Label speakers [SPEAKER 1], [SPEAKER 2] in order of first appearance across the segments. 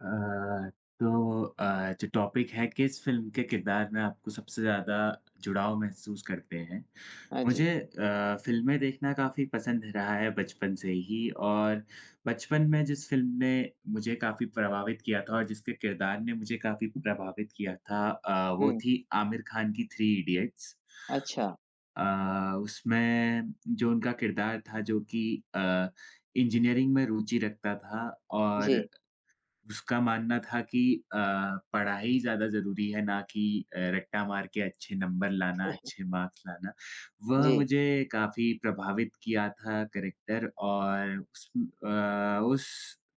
[SPEAKER 1] अ, तो अ, जो टॉपिक है किस फ़िल्म के किरदार में आपको सबसे ज़्यादा जुड़ाव महसूस करते हैं?
[SPEAKER 2] हाँ जी।
[SPEAKER 1] मुझे फ़िल्में देखना काफ़ी पसंद रहा है बचपन से ही और बचपन में जिस फ़िल्म ने मुझे काफ़ी प्रभावित किया था और जिसके किरदार ने मुझे काफ़ी प्रभावित किया था वो
[SPEAKER 2] हुँ,
[SPEAKER 1] थी आमिर खान की थ्री इडियट्स।
[SPEAKER 2] अच्छा।
[SPEAKER 1] उसमें जो उनका किरदार था जो कि अ, इंजीनियरिंग में रुचि रखता था और
[SPEAKER 2] जी,
[SPEAKER 1] उसका मानना था कि अ, पढ़ाई ज़्यादा ज़रूरी है ना कि रट्टा मार के अच्छे नंबर लाना, अच्छे मार्क्स लाना। वह
[SPEAKER 2] जी।
[SPEAKER 1] मुझे काफ़ी प्रभावित किया था कैरेक्टर और उस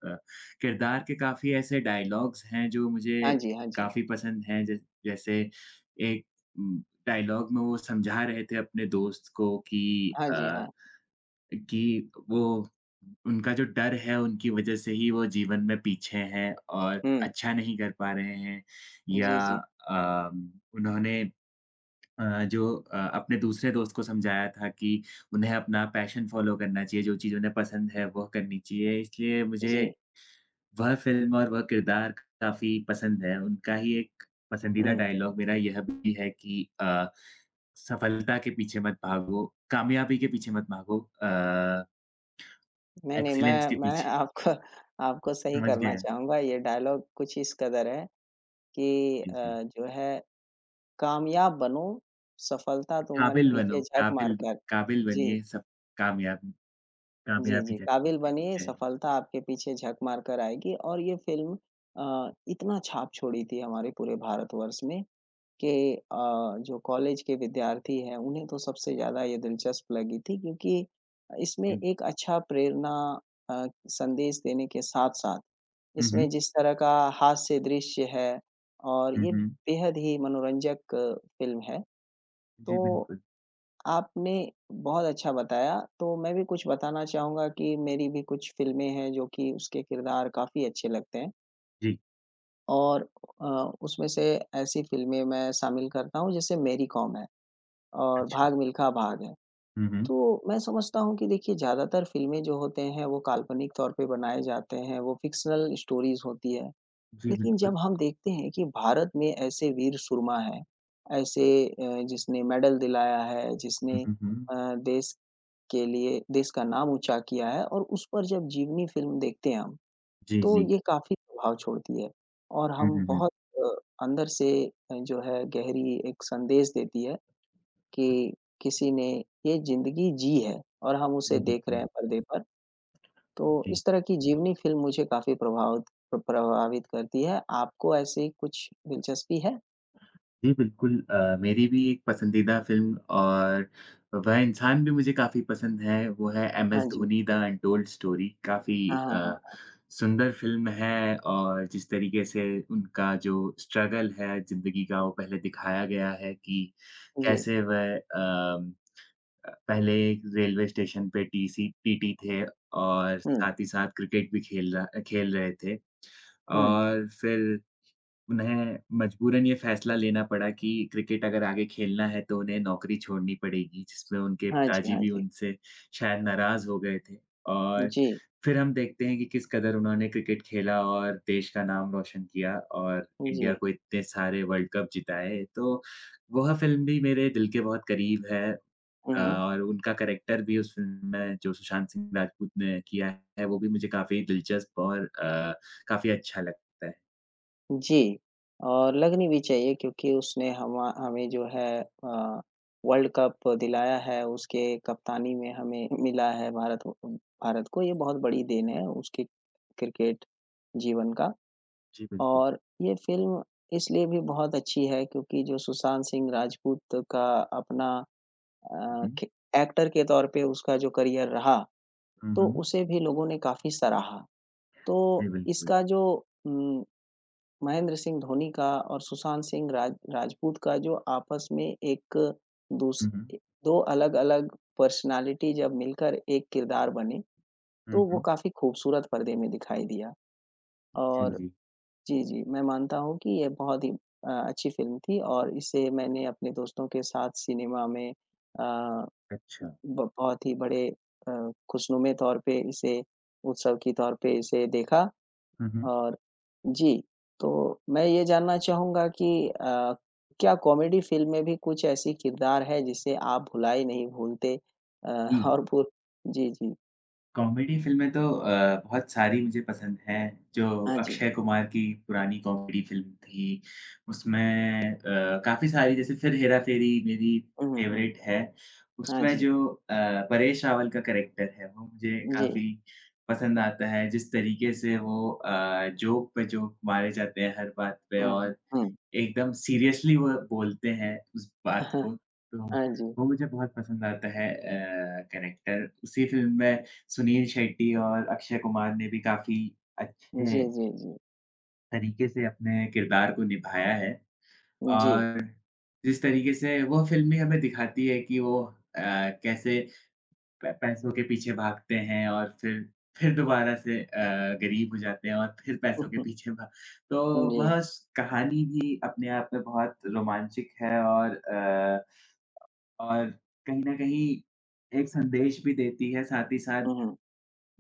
[SPEAKER 1] अ, किरदार के काफ़ी ऐसे डायलॉग्स हैं जो मुझे
[SPEAKER 2] हाँ जी, हाँ जी।
[SPEAKER 1] काफ़ी पसंद हैं। जै जैसे एक डायलॉग में वो समझा रहे थे अपने दोस्त को कि
[SPEAKER 2] हाँ
[SPEAKER 1] अ
[SPEAKER 2] जी, हाँ।
[SPEAKER 1] कि वो उनका जो डर है, उनकी वज़ह से ही वो जीवन में पीछे हैं और
[SPEAKER 2] हुँ।
[SPEAKER 1] अच्छा नहीं कर पा रहे हैं या
[SPEAKER 2] जी, जी,
[SPEAKER 1] उन्होंने अपने दूसरे दोस्त को समझाया था कि उन्हें अपना पैशन फ़ॉलो करना चाहिए, जो चीज़ उन्हें पसंद है, वह करनी चाहिए। इसलिए मुझे
[SPEAKER 2] जी।
[SPEAKER 1] वह फ़िल्म और वह किरदार काफ़ी पसंद है। उनका ही एक पसंदीदा
[SPEAKER 2] हुँ।
[SPEAKER 1] डायलॉग मेरा यह भी है कि "सफलता के पीछे मत भागो, कामयाबी के पीछे मत भागो
[SPEAKER 2] नहीं, नहीं
[SPEAKER 1] एक्सीलेंस
[SPEAKER 2] मैं
[SPEAKER 1] के
[SPEAKER 2] मैं
[SPEAKER 1] पीछे,
[SPEAKER 2] आपको आपको सही
[SPEAKER 1] समझ
[SPEAKER 2] करना
[SPEAKER 1] गया।
[SPEAKER 2] चाहूँगा। ये डायलॉग कुछ इस कदर है कि
[SPEAKER 1] जी, जी।
[SPEAKER 2] जो है कामयाब बनो, सफलता तुम्हारे
[SPEAKER 1] काबिल बनो,
[SPEAKER 2] पीछे झक मार
[SPEAKER 1] काबिल
[SPEAKER 2] कर।
[SPEAKER 1] काबिल
[SPEAKER 2] जी,
[SPEAKER 1] बनिए सब कामयाबी
[SPEAKER 2] जी,
[SPEAKER 1] कामयाबी
[SPEAKER 2] जी।
[SPEAKER 1] तक
[SPEAKER 2] काबिल
[SPEAKER 1] आपके
[SPEAKER 2] बनिए,
[SPEAKER 1] पीछे आएगी।
[SPEAKER 2] सफलता आपके पीछे झक मार कर आएगी और ये फ़िल्म इतना छाप छोड़ी थी हमारे पूरे भारतवर्ष में के जो कॉलेज के विद्यार्थी हैं, उन्हें तो सबसे ज़्यादा ये दिलचस्प लगी थी क्योंकि इसमें
[SPEAKER 1] जी।
[SPEAKER 2] एक अच्छा प्रेरणा संदेश देने के साथ-साथ
[SPEAKER 1] हुँ, हुँ।
[SPEAKER 2] इसमें जिस तरह का हास्य दृश्य है और
[SPEAKER 1] हुँ,
[SPEAKER 2] ये
[SPEAKER 1] हुँ।
[SPEAKER 2] बेहद ही मनोरंजक फ़िल्म है। तो
[SPEAKER 1] जी, बिल्कुल।
[SPEAKER 2] आपने बहुत अच्छा बताया, तो मैं भी कुछ बताना चाहूँगा कि मेरी भी कुछ फ़िल्में हैं जो कि उसके किरदार काफ़ी अच्छे लगते हैं
[SPEAKER 1] जी,
[SPEAKER 2] और उसमें से ऐसी फ़िल्में मैं शामिल करता हूँ जैसे मेरी कॉम है। और
[SPEAKER 1] अच्छा।
[SPEAKER 2] भाग मिल्खा भाग है।
[SPEAKER 1] हुँ, हुँ।
[SPEAKER 2] तो मैं समझता हूँ कि देखिए ज़्यादातर फ़िल्में जो होते हैं वो काल्पनिक तौर पे बनाए जाते हैं, वो फ़िक्शनल स्टोरीज़ होती है।
[SPEAKER 1] जी,
[SPEAKER 2] लेकिन
[SPEAKER 1] बिल्कुल।
[SPEAKER 2] जब हम देखते हैं कि भारत में ऐसे वीर सुरमा हैं, ऐसे जिसने मेडल दिलाया है,
[SPEAKER 1] हुँ,
[SPEAKER 2] जिसने
[SPEAKER 1] हुँ, हुँ।
[SPEAKER 2] देश के लिए देश का नाम ऊँचा किया है और उस पर जब जीवनी फ़िल्म देखते हैं हम,
[SPEAKER 1] जी,
[SPEAKER 2] तो
[SPEAKER 1] जी।
[SPEAKER 2] ये काफ़ी प्रभाव छोड़ती है और
[SPEAKER 1] हुँ,
[SPEAKER 2] हम
[SPEAKER 1] हुँ, हुँ।
[SPEAKER 2] बहुत अ, अंदर से जो है गहरी एक संदेश देती है। कि किसी ने ये ज़िंदगी जी है और हम उसे
[SPEAKER 1] जी,
[SPEAKER 2] देख रहे
[SPEAKER 1] बिल्कुल।
[SPEAKER 2] हैं पर्दे पर। तो
[SPEAKER 1] जी।
[SPEAKER 2] इस तरह की जीवनी फ़िल्म मुझे काफ़ी प्रभावित करती है। आपको ऐसे ही कुछ दिलचस्पी है?
[SPEAKER 1] जी, बिल्कुल, मेरी भी एक पसंदीदा फ़िल्म और वह इंसान भी मुझे काफ़ी पसंद है, वो है एम
[SPEAKER 2] हाँ
[SPEAKER 1] एस
[SPEAKER 2] जी।
[SPEAKER 1] Dhoni the untold story. काफ़ी
[SPEAKER 2] हाँ, हाँ,
[SPEAKER 1] अ,
[SPEAKER 2] हाँ।
[SPEAKER 1] सुंदर फ़िल्म है और जिस तरीके से उनका जो स्ट्रगल है ज़िंदगी का वो पहले दिखाया गया है कि
[SPEAKER 2] जी।
[SPEAKER 1] कैसे वह पहले एक रेलवे स्टेशन पे टीसी पीटी थे और
[SPEAKER 2] हुँ,
[SPEAKER 1] साथ ही साथ क्रिकेट भी खेल रहे थे
[SPEAKER 2] हुँ।
[SPEAKER 1] और फिर उन्हें मजबूरन ये फैसला लेना पड़ा कि क्रिकेट अगर आगे खेलना है तो उन्हें नौकरी छोड़नी पड़ेगी, जिसमें उनके
[SPEAKER 2] हाँ जी,
[SPEAKER 1] पिताजी
[SPEAKER 2] हाँ
[SPEAKER 1] भी
[SPEAKER 2] जी।
[SPEAKER 1] उनसे शायद नाराज़ हो गए थे। और
[SPEAKER 2] जी,
[SPEAKER 1] फिर हम देखते हैं कि किस कदर उन्होंने क्रिकेट खेला और देश का नाम रोशन किया और इंडिया
[SPEAKER 2] जी।
[SPEAKER 1] को इतने सारे वर्ल्ड कप जिताए। तो वह फ़िल्म भी मेरे दिल के बहुत करीब है
[SPEAKER 2] हुँ, हुँ।
[SPEAKER 1] और उनका कैरेक्टर भी उस फ़िल्म में जो सुशांत सिंह राजपूत ने किया है, वो भी मुझे काफ़ी दिलचस्प और काफ़ी अच्छा लगता है।
[SPEAKER 2] जी, और लगनी भी चाहिए क्योंकि उसने हमा हमें जो है अ, वर्ल्ड कप दिलाया है, उसके कप्तानी में हमें मिला है भारत को। भारत को ये बहुत बड़ी देन है उसके क्रिकेट जीवन का।
[SPEAKER 1] जी, बिल्कुल।
[SPEAKER 2] और ये फ़िल्म इसलिए भी बहुत अच्छी है क्योंकि जो सुशांत सिंह राजपूत का अपना अ,
[SPEAKER 1] हुँ,
[SPEAKER 2] खे एक्टर के तौर पे उसका जो करियर रहा,
[SPEAKER 1] हुँ, हुँ,
[SPEAKER 2] तो
[SPEAKER 1] हुँ।
[SPEAKER 2] उसे भी लोगों ने काफ़ी सराहा। तो
[SPEAKER 1] जी, बिल्कुल।
[SPEAKER 2] इसका जो उम, महेंद्र सिंह धोनी का और सुशांत सिंह राजपूत का जो आपस में एक दूस
[SPEAKER 1] हुँ, हुँ,
[SPEAKER 2] 2 अलग-अलग पर्सनैलिटी जब मिलकर एक किरदार बने,
[SPEAKER 1] हुँ,
[SPEAKER 2] तो वो
[SPEAKER 1] हुँ।
[SPEAKER 2] काफ़ी खूबसूरत पर्दे में दिखाई दिया।
[SPEAKER 1] जी,
[SPEAKER 2] और
[SPEAKER 1] जी।
[SPEAKER 2] जी, जी, मैं मानता हूँ कि ये बहुत ही अच्छी फ़िल्म थी और इसे मैंने अपने दोस्तों के साथ सिनेमा में अ,
[SPEAKER 1] अच्छा।
[SPEAKER 2] ब बहुत ही बड़े अ, खुशनुमे तौर पे इसे उत्सव के तौर पे इसे देखा।
[SPEAKER 1] हुँ, हुँ।
[SPEAKER 2] और जी, तो मैं ये जानना चाहूँगा कि क्या कॉमेडी फ़िल्म में भी कुछ ऐसी किरदार है जिसे आप भुला ही नहीं भूलते? अ,
[SPEAKER 1] जी,
[SPEAKER 2] और भू जी, जी।
[SPEAKER 1] कॉमेडी फ़िल्में तो बहुत सारी मुझे पसंद हैं। जो
[SPEAKER 2] हाँ जी।
[SPEAKER 1] अक्षय कुमार की पुरानी कॉमेडी फ़िल्म थी, उसमें काफ़ी सारी जैसे फिर हेरा-फेरी मेरी
[SPEAKER 2] हुँ, हुँ, हुँ।
[SPEAKER 1] फ़ेवरेट है।
[SPEAKER 2] हाँ
[SPEAKER 1] उसमें
[SPEAKER 2] जी।
[SPEAKER 1] जो परेश रावल का कैरेक्टर है, वो मुझे
[SPEAKER 2] जी।
[SPEAKER 1] काफ़ी पसंद आता है। जिस तरीके से वो जोक पे जोक मारे जाते हैं हर बात पे
[SPEAKER 2] हुँ, हुँ,
[SPEAKER 1] और
[SPEAKER 2] हुँ।
[SPEAKER 1] एकदम सीरियसली वो बोलते हैं उस बात को, तो
[SPEAKER 2] हाँ जी।
[SPEAKER 1] वो मुझे बहुत पसंद आता है कैरेक्टर। उसी फ़िल्म में सुनील शेट्टी और अक्षय कुमार ने भी काफ़ी
[SPEAKER 2] जी,
[SPEAKER 1] अच्छे
[SPEAKER 2] जी, जी।
[SPEAKER 1] तरीके से अपने किरदार को निभाया है
[SPEAKER 2] जी।
[SPEAKER 1] और जिस तरीके से वो फ़िल्म भी हमें दिखाती है कि वो अ, कैसे पै पैसों के पीछे भागते हैं और फिर दोबारा से गरीब हो जाते हैं और फिर पैसों के पीछे भा
[SPEAKER 2] जी। हुँ, हुँ।
[SPEAKER 1] तो
[SPEAKER 2] जी।
[SPEAKER 1] वह स कहानी भी अपने आप में बहुत रोमांचिक है और और कहीं न कहीं एक संदेश भी देती है, साथ ही साथ
[SPEAKER 2] हुँ, हुँ।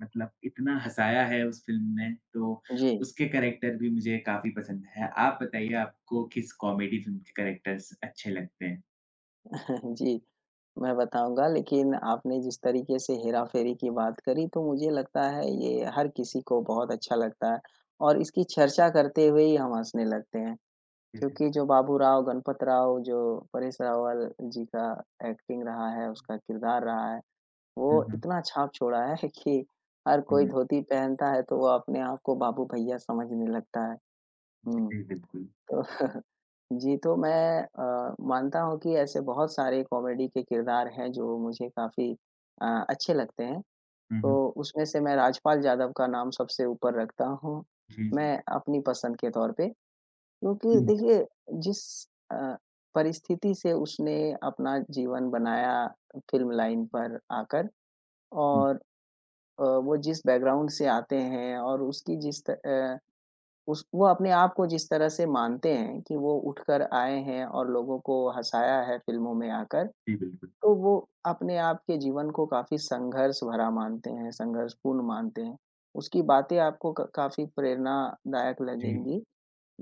[SPEAKER 1] मतलब इतना हँसाया है उस फ़िल्म ने, तो उसके कैरेक्टर भी मुझे काफ़ी पसंद है। आप बताइए आपको किस कॉमेडी फ़िल्म के कैरेक्टर्स अच्छे लगते हैं?
[SPEAKER 2] जी। जी। मैं बताऊँगा, लेकिन आपने जिस तरीके से हेरा-फेरी की बात करी, तो मुझे लगता है ये हर किसी को बहुत अच्छा लगता है और इसकी चर्चा करते हुए ही हम हँसने लगते हैं।
[SPEAKER 1] जी,
[SPEAKER 2] क्योंकि
[SPEAKER 1] बिल्कुल।
[SPEAKER 2] जो बाबू राव, गणपत राव, जो परेश रावल जी का एक्टिंग रहा है, उसका किरदार रहा है,
[SPEAKER 1] हुँ,
[SPEAKER 2] वो
[SPEAKER 1] हुँ।
[SPEAKER 2] इतना छाप छोड़ा है कि हर कोई
[SPEAKER 1] हुँ,
[SPEAKER 2] धोती पहनता है, तो वो अपने आप को बाबू भैया समझने लगता है। हुँ।
[SPEAKER 1] जी, बिल्कुल।
[SPEAKER 2] तो जी, तो मैं मानता हूँ कि ऐसे बहुत सारे कॉमेडी के किरदार हैं जो मुझे काफ़ी अच्छे लगते हैं।
[SPEAKER 1] हुँ,
[SPEAKER 2] तो
[SPEAKER 1] हुँ।
[SPEAKER 2] उसमें से मैं राजपाल यादव का नाम सबसे ऊपर रखता हूँ,
[SPEAKER 1] जी, जी।
[SPEAKER 2] मैं अपनी पसंद के तौर पे। क्योंकि
[SPEAKER 1] हुँ,
[SPEAKER 2] देखिए जिस अ, परिस्थिति से उसने अपना जीवन बनाया फ़िल्म लाइन पर आकर
[SPEAKER 1] हुँ।
[SPEAKER 2] और वो जिस बैकग्राउंड से आते हैं और उसकी उस वो अपने आप को जिस तरह से मानते हैं कि वो उठकर आए हैं और लोगों को हँसाया है फ़िल्मों में आकर,
[SPEAKER 1] जी, बिल्कुल।
[SPEAKER 2] तो वो अपने आप के जीवन को काफ़ी संघर्ष भरा मानते हैं, संघर्षपूर्ण मानते हैं। उसकी बातें आपको क काफ़ी प्रेरणादायक
[SPEAKER 1] जी,
[SPEAKER 2] लगेंगी,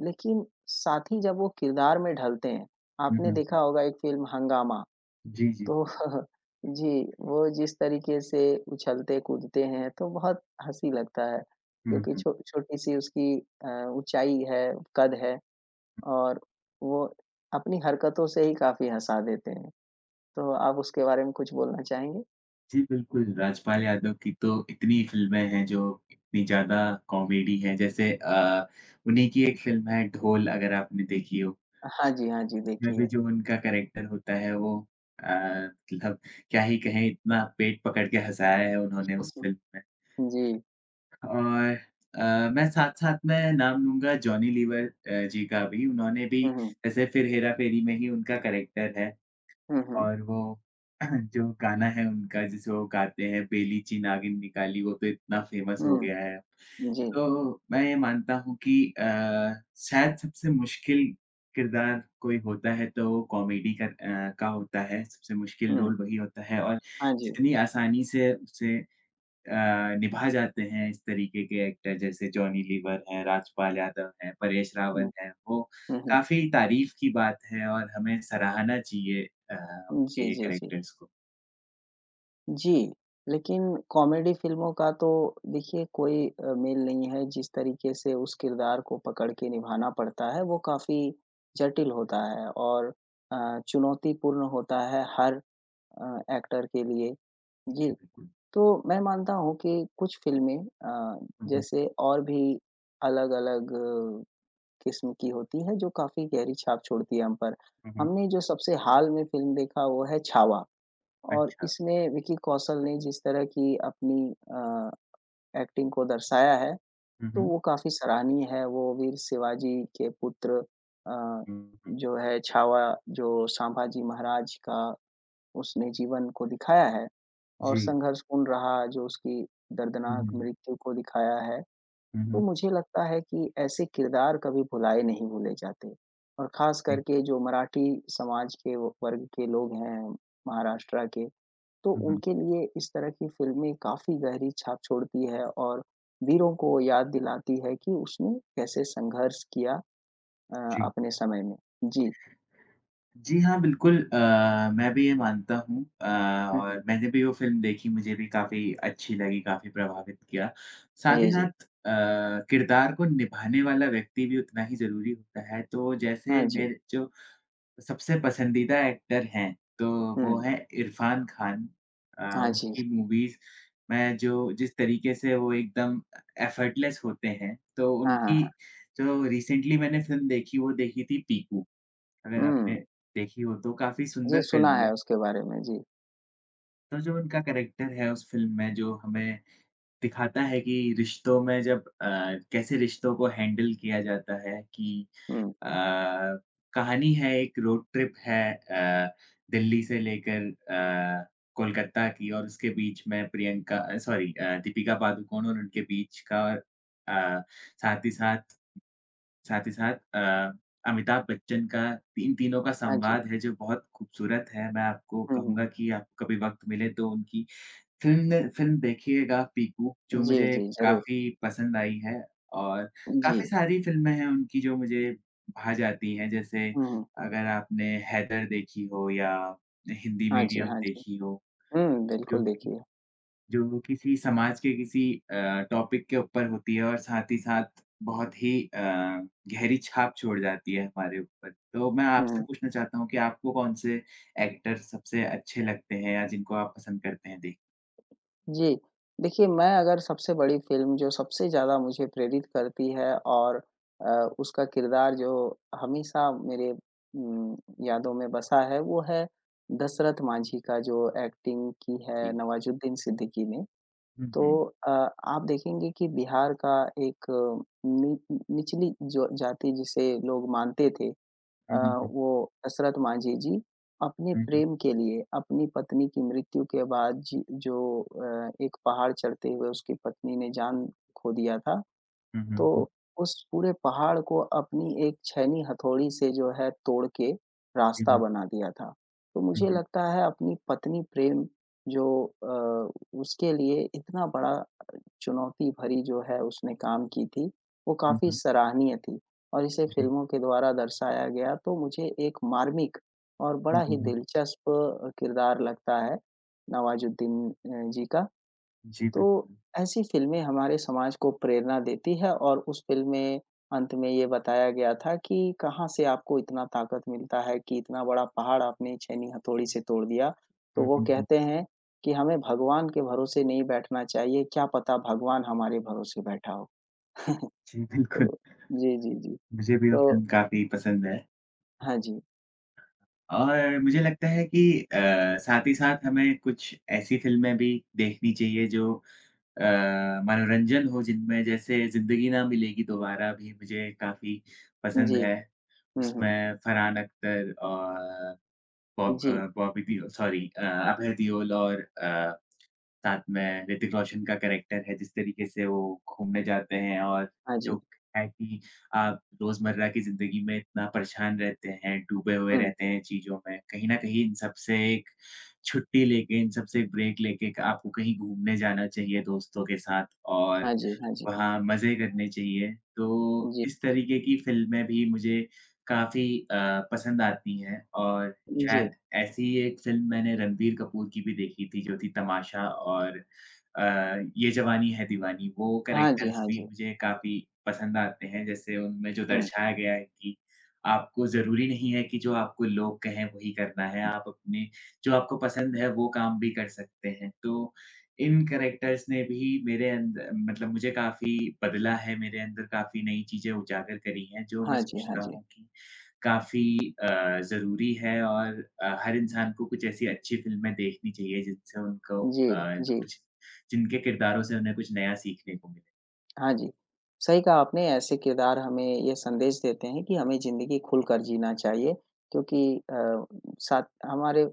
[SPEAKER 2] लेकिन साथ ही जब वो किरदार में ढलते हैं,
[SPEAKER 1] हुँ,
[SPEAKER 2] आपने
[SPEAKER 1] हुँ,
[SPEAKER 2] देखा
[SPEAKER 1] हुँ।
[SPEAKER 2] होगा एक फ़िल्म हंगामा।
[SPEAKER 1] जी, जी,
[SPEAKER 2] तो
[SPEAKER 1] बिल्कुल।
[SPEAKER 2] जी, वो जिस तरीके से उछलते-कूदते हैं तो बहुत हँसी लगता है,
[SPEAKER 1] हुँ,
[SPEAKER 2] क्योंकि
[SPEAKER 1] हुँ।
[SPEAKER 2] छो छोटी-सी उसकी अ, ऊँचाई है, कद है और वो अपनी हरकतों से ही काफ़ी हँसा देते हैं। तो आप उसके बारे में कुछ बोलना चाहेंगे?
[SPEAKER 1] जी, बिल्कुल, राजपाल यादव की तो इतनी फ़िल्में हैं जो इतनी ज़्यादा कॉमेडी हैं, जैसे उन्हीं की एक फ़िल्म है ढोल अगर आपने देखी हो,
[SPEAKER 2] हाँ जी, हाँ जी,
[SPEAKER 1] उसमें
[SPEAKER 2] देखी
[SPEAKER 1] भी
[SPEAKER 2] है।
[SPEAKER 1] जो उनका कैरेक्टर होता है वो अ, मतलब क्या ही कहें इतना पेट पकड़ के हँसाया है उन्होंने उस फ़िल्म में।
[SPEAKER 2] जी।
[SPEAKER 1] और मैं साथ-साथ में नाम लूँगा जॉनी लीवर जी का भी, उन्होंने भी
[SPEAKER 2] हुँ, हुँ।
[SPEAKER 1] जैसे फिर हेरा फेरी में ही उनका कैरेक्टर है।
[SPEAKER 2] हुँ, हुँ।
[SPEAKER 1] और वो जो गाना है उनका जिसे वो गाते हैं बेली ची नागिन निकाली वो तो इतना फ़ेमस हो गया है।
[SPEAKER 2] हुँ, जी।
[SPEAKER 1] तो मैं ये मानता हूँ कि शायद सबसे मुश्किल किरदार कोई होता है तो वो कॉमेडी का होता है, सबसे मुश्किल
[SPEAKER 2] हुँ।
[SPEAKER 1] रोल वही होता है और
[SPEAKER 2] हाँ जी।
[SPEAKER 1] जितनी आसानी से उसे अ, निभा जाते हैं इस तरीके के एक्टर जैसे जॉनी लीवर हैं, राजपाल यादव हैं, परेश
[SPEAKER 2] हुँ,
[SPEAKER 1] रावल हैं, वो
[SPEAKER 2] हुँ, हुँ।
[SPEAKER 1] काफ़ी तारीफ़ की बात है और हमें सराहना चाहिए अ,
[SPEAKER 2] जी,
[SPEAKER 1] उनके
[SPEAKER 2] जी, जी।
[SPEAKER 1] कैरेक्टर्स को।
[SPEAKER 2] जी, लेकिन कॉमेडी फ़िल्मों का तो देखिए कोई मेल नहीं है, जिस तरीके से उस किरदार को पकड़ के निभाना पड़ता है, वो काफ़ी जटिल होता है और चुनौतीपूर्ण होता है हर अ, एक्टर के लिए।
[SPEAKER 1] जी,
[SPEAKER 2] जी,
[SPEAKER 1] बिल्कुल।
[SPEAKER 2] तो मैं मानता हूँ कि कुछ फ़िल्में
[SPEAKER 1] हुँ, हुँ,
[SPEAKER 2] जैसे और भी अलग-अलग किस्म की होती है, जो काफ़ी गहरी छाप छोड़ती है हम पर।
[SPEAKER 1] हुँ, हुँ।
[SPEAKER 2] हमने जो सबसे हाल में फ़िल्म देखा, वो है छावा। और
[SPEAKER 1] अच्छा।
[SPEAKER 2] इसमें विकी कौशल ने जिस तरह की अपनी एक्टिंग को दर्शाया है,
[SPEAKER 1] हुँ,
[SPEAKER 2] तो
[SPEAKER 1] हुँ,
[SPEAKER 2] वो काफ़ी सराहनीय है। वो वीर शिवाजी के पुत्र अ,
[SPEAKER 1] हुँ, हुँ।
[SPEAKER 2] जो है छावा जो संभाजी महाराज का उसने जीवन को दिखाया है और
[SPEAKER 1] जी।
[SPEAKER 2] संघर्षपूर्ण रहा जो उसकी
[SPEAKER 1] हुँ, हुँ,
[SPEAKER 2] दर्दनाक
[SPEAKER 1] हुँ,
[SPEAKER 2] मृत्यु को दिखाया है।
[SPEAKER 1] हुँ,
[SPEAKER 2] तो
[SPEAKER 1] हुँ।
[SPEAKER 2] मुझे लगता है कि ऐसे किरदार कभी भुलाए नहीं भूले जाते और ख़ास
[SPEAKER 1] जी,
[SPEAKER 2] करके जो मराठी समाज के वो वर्ग के लोग हैं, महाराष्ट्र के तो
[SPEAKER 1] हुँ, हुँ,
[SPEAKER 2] उनके लिए इस तरह की फ़िल्में काफ़ी गहरी छाप छोड़ती है और वीरों को याद दिलाती है कि उसने कैसे संघर्ष किया अ,
[SPEAKER 1] जी।
[SPEAKER 2] अपने समय में। जी।
[SPEAKER 1] जी हाँ, बिल्कुल, मैं भी ये मानता हूँ,
[SPEAKER 2] हुँ, हुँ।
[SPEAKER 1] और मैंने भी वो फ़िल्म देखी, मुझे भी काफ़ी अच्छी लगी, काफ़ी प्रभावित किया। साथ ही
[SPEAKER 2] जी, जी।
[SPEAKER 1] साथ किरदार को निभाने वाला व्यक्ति भी उतना ही ज़रूरी होता है, तो जैसे
[SPEAKER 2] हाँ जी।
[SPEAKER 1] मेरे जो सबसे पसंदीदा एक्टर हैं, तो वो
[SPEAKER 2] हुँ।
[SPEAKER 1] हैं इरफ़ान खान।
[SPEAKER 2] हाँ जी।
[SPEAKER 1] उनकी मूवीज़ मैं जो जिस तरीके से वो एकदम एफर्टलेस होते हैं, तो
[SPEAKER 2] हाँ, हाँ,
[SPEAKER 1] उनकी
[SPEAKER 2] हाँ।
[SPEAKER 1] जो रिसेंटली मैंने फ़िल्म देखी, वो देखी थी पीकू। अगर आपने
[SPEAKER 2] हुँ,
[SPEAKER 1] देखी हो तो काफ़ी
[SPEAKER 2] जी
[SPEAKER 1] सुंदर
[SPEAKER 2] सुना
[SPEAKER 1] फ़िल्म है।
[SPEAKER 2] है उसके बारे में। जी।
[SPEAKER 1] तो जो उनका कैरेक्टर है उस फ़िल्म में जो हमें दिखाता है कि रिश्तों में कैसे रिश्तों को हैंडल किया जाता है कि
[SPEAKER 2] हुँ।
[SPEAKER 1] अ, कहानी है एक रोड ट्रिप है, दिल्ली से लेकर कोलकाता की और उसके बीच में Priyanka uh, sorry uh, Deepika Padukone और उनके बीच का और अ, साथ ही साथ साथ ही साथ अमिताभ बच्चन का इन तीनों का
[SPEAKER 2] हाँ जी।
[SPEAKER 1] संवाद है जो बहुत खूबसूरत है। मैं आपको
[SPEAKER 2] हुँ, हुँ।
[SPEAKER 1] कहूँगा कि आपको कभी वक़्त मिले तो उनकी फ़िल्म फ़िल्म देखिएगा पीकू जो
[SPEAKER 2] जी,
[SPEAKER 1] मुझे
[SPEAKER 2] जी, ज़रूर।
[SPEAKER 1] काफ़ी पसंद आई है और
[SPEAKER 2] जी।
[SPEAKER 1] काफ़ी सारी फ़िल्में हैं उनकी जो मुझे भा जाती हैं। जैसे
[SPEAKER 2] हुँ, हुँ।
[SPEAKER 1] अगर आपने हैदर देखी हो या हिंदी
[SPEAKER 2] हाँ जी,
[SPEAKER 1] मीडियम
[SPEAKER 2] हाँ जी।
[SPEAKER 1] देखी हो
[SPEAKER 2] हुँ, बिल्कुल
[SPEAKER 1] जो
[SPEAKER 2] देखी है।
[SPEAKER 1] जो किसी समाज के किसी टॉपिक के ऊपर होती है और साथ ही साथ बहुत ही गहरी छाप छोड़ जाती है हमारे ऊपर। तो मैं आपसे
[SPEAKER 2] हुँ।
[SPEAKER 1] पूछना चाहता हूँ कि आपको कौन से एक्टर सबसे अच्छे लगते हैं या जिनको आप पसंद करते हैं देख
[SPEAKER 2] जी। देखिए, मैं अगर सबसे बड़ी फ़िल्म जो सबसे ज़्यादा मुझे प्रेरित करती है और अ, उसका किरदार जो हमेशा मेरे उम, यादों में बसा है, वो है दशरथ मांझी का जो एक्टिंग की है
[SPEAKER 1] जी।
[SPEAKER 2] नवाज़ुद्दीन सिद्दीकी ने।
[SPEAKER 1] हुँ,
[SPEAKER 2] तो
[SPEAKER 1] हुँ।
[SPEAKER 2] अ, आप देखेंगे कि बिहार का एक अ, नि निचली जो जाति जिसे लोग मानते थे अ,
[SPEAKER 1] हुँ, हुँ, हुँ।
[SPEAKER 2] वो हसरत मांझी जी अपने
[SPEAKER 1] हुँ, हुँ।
[SPEAKER 2] प्रेम के लिए अपनी पत्नी की मृत्यु के बाद जी जो एक पहाड़ चढ़ते हुए उसकी पत्नी ने जान खो दिया था,
[SPEAKER 1] हुँ, हुँ, हुँ।
[SPEAKER 2] तो उस पूरे पहाड़ को अपनी एक छैनी हथौड़ी से जो है तोड़ के
[SPEAKER 1] जी,
[SPEAKER 2] रास्ता
[SPEAKER 1] बिल
[SPEAKER 2] बना दिया था। तो
[SPEAKER 1] हुँ,
[SPEAKER 2] मुझे
[SPEAKER 1] हुँ।
[SPEAKER 2] लगता है अपनी पत्नी प्रेम जो उसके लिए इतना बड़ा चुनौती भरी जो है उसने काम की थी, वो
[SPEAKER 1] हुँ,
[SPEAKER 2] काफ़ी
[SPEAKER 1] हुँ।
[SPEAKER 2] सराहनीय थी और इसे
[SPEAKER 1] जी।
[SPEAKER 2] फ़िल्मों के द्वारा दर्शाया गया तो मुझे एक मार्मिक और बड़ा
[SPEAKER 1] हुँ,
[SPEAKER 2] ही
[SPEAKER 1] हुँ, हुँ।
[SPEAKER 2] दिलचस्प किरदार लगता है नवाज़ुद्दीन जी का।
[SPEAKER 1] जी,
[SPEAKER 2] तो
[SPEAKER 1] बिल्कुल।
[SPEAKER 2] ऐसी फ़िल्में हमारे समाज को प्रेरणा देती है और उस फ़िल्म में अंत में ये बताया गया था कि कहाँ से आपको इतना ताकत मिलता है कि इतना बड़ा पहाड़ आपने छैनी हथौड़ी से तोड़ दिया। तो
[SPEAKER 1] हुँ,
[SPEAKER 2] वो
[SPEAKER 1] हुँ, हुँ।
[SPEAKER 2] कहते हैं कि हमें भगवान के भरोसे नहीं बैठना चाहिए, क्या पता भगवान हमारे भरोसे बैठा हो।
[SPEAKER 1] जी,
[SPEAKER 2] तो
[SPEAKER 1] बिल्कुल।
[SPEAKER 2] जी, जी, जी।
[SPEAKER 1] मुझे भी वो
[SPEAKER 2] तो
[SPEAKER 1] फ़िल्म काफ़ी पसंद है।
[SPEAKER 2] हाँ जी।
[SPEAKER 1] और मुझे लगता है कि साथ ही साथ हमें कुछ ऐसी फ़िल्में भी देखनी चाहिए जो अ, मनोरंजन हो जिनमें जैसे ज़िंदगी ना मिलेगी दोबारा भी मुझे काफ़ी पसंद
[SPEAKER 2] जी।
[SPEAKER 1] है।
[SPEAKER 2] हुँ, हुँ।
[SPEAKER 1] उसमें फरहान अख्तर और बॉब अ,
[SPEAKER 2] जी।
[SPEAKER 1] बॉबी देओल सॉरी अ, अभय देओल और साथ में ऋतिक रोशन का कैरेक्टर है, जिस तरीके से वो घूमने जाते हैं और
[SPEAKER 2] हाँ जी।
[SPEAKER 1] जो है कि आप रोज़मर्रा की ज़िंदगी में इतना परेशान रहते हैं, डूबे हुए
[SPEAKER 2] हुँ।
[SPEAKER 1] रहते हैं चीज़ों में, कहीं न कहीं इन सब से एक छुट्टी लेके, इन सब से एक ब्रेक लेके क आपको कहीं घूमने जाना चाहिए दोस्तों के साथ और
[SPEAKER 2] हाँ जी, हाँ जी।
[SPEAKER 1] वहाँ मज़े करने चाहिए। तो
[SPEAKER 2] जी।
[SPEAKER 1] इस तरीके की फ़िल्में भी मुझे काफ़ी पसंद आती हैं और
[SPEAKER 2] जी।
[SPEAKER 1] शायद ऐसी ही एक फ़िल्म मैंने रणबीर कपूर की भी देखी थी जो थी तमाशा और अ, ये जवानी है दीवानी। वो
[SPEAKER 2] हाँ जी,
[SPEAKER 1] कैरेक्टर्स
[SPEAKER 2] हाँ
[SPEAKER 1] भी
[SPEAKER 2] जी।
[SPEAKER 1] मुझे काफ़ी पसंद आते हैं, जैसे उनमें जो
[SPEAKER 2] हुँ।
[SPEAKER 1] दर्शाया गया है कि आपको ज़रूरी नहीं है कि जो आपको लोग कहें वही करना है। आप अपने जो आपको पसंद है वो काम भी कर सकते हैं। तो इन कैरेक्टर्स ने भी मेरे अंदर मतलब मुझे काफ़ी बदला है, मेरे अंदर काफ़ी नई चीज़ें उजागर करी हैं, जो मैं
[SPEAKER 2] हाँ जी, हाँ
[SPEAKER 1] सोचता
[SPEAKER 2] जी।
[SPEAKER 1] हूँ कि काफ़ी ज़रूरी है और हर इंसान को कुछ ऐसी अच्छी फ़िल्में देखनी चाहिए, जिनसे उनको
[SPEAKER 2] जी,
[SPEAKER 1] अ,
[SPEAKER 2] जी।
[SPEAKER 1] कुछ जिनके किरदारों से उन्हें कुछ नया सीखने को मिले।
[SPEAKER 2] हाँ जी, सही कहा आपने ऐसे किरदार हमें ये संदेश देते हैं कि हमें ज़िंदगी खुलकर जीना चाहिए क्योंकि अ, साथ हमारे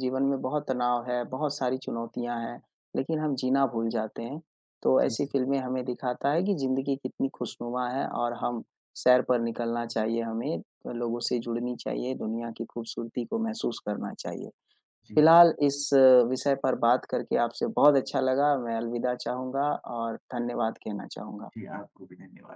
[SPEAKER 2] जीवन में बहुत तनाव है, बहुत सारी चुनौतियाँ हैं, लेकिन हम जीना भूल जाते हैं। तो
[SPEAKER 1] जी,
[SPEAKER 2] ऐसी
[SPEAKER 1] जी,
[SPEAKER 2] फ़िल्में हमें दिखाता है कि ज़िंदगी कितनी खुशनुमा है और हम सैर पर निकलना चाहिए हमें, लोगों से जुड़नी चाहिए, दुनिया की खूबसूरती को महसूस करना चाहिए।
[SPEAKER 1] जी,
[SPEAKER 2] फ़िलहाल इस विषय पर बात करके आपसे बहुत अच्छा लगा, मैं अलविदा चाहूँगा और धन्यवाद कहना चाहूँगा।
[SPEAKER 1] जी, आपको भी धन्यवाद।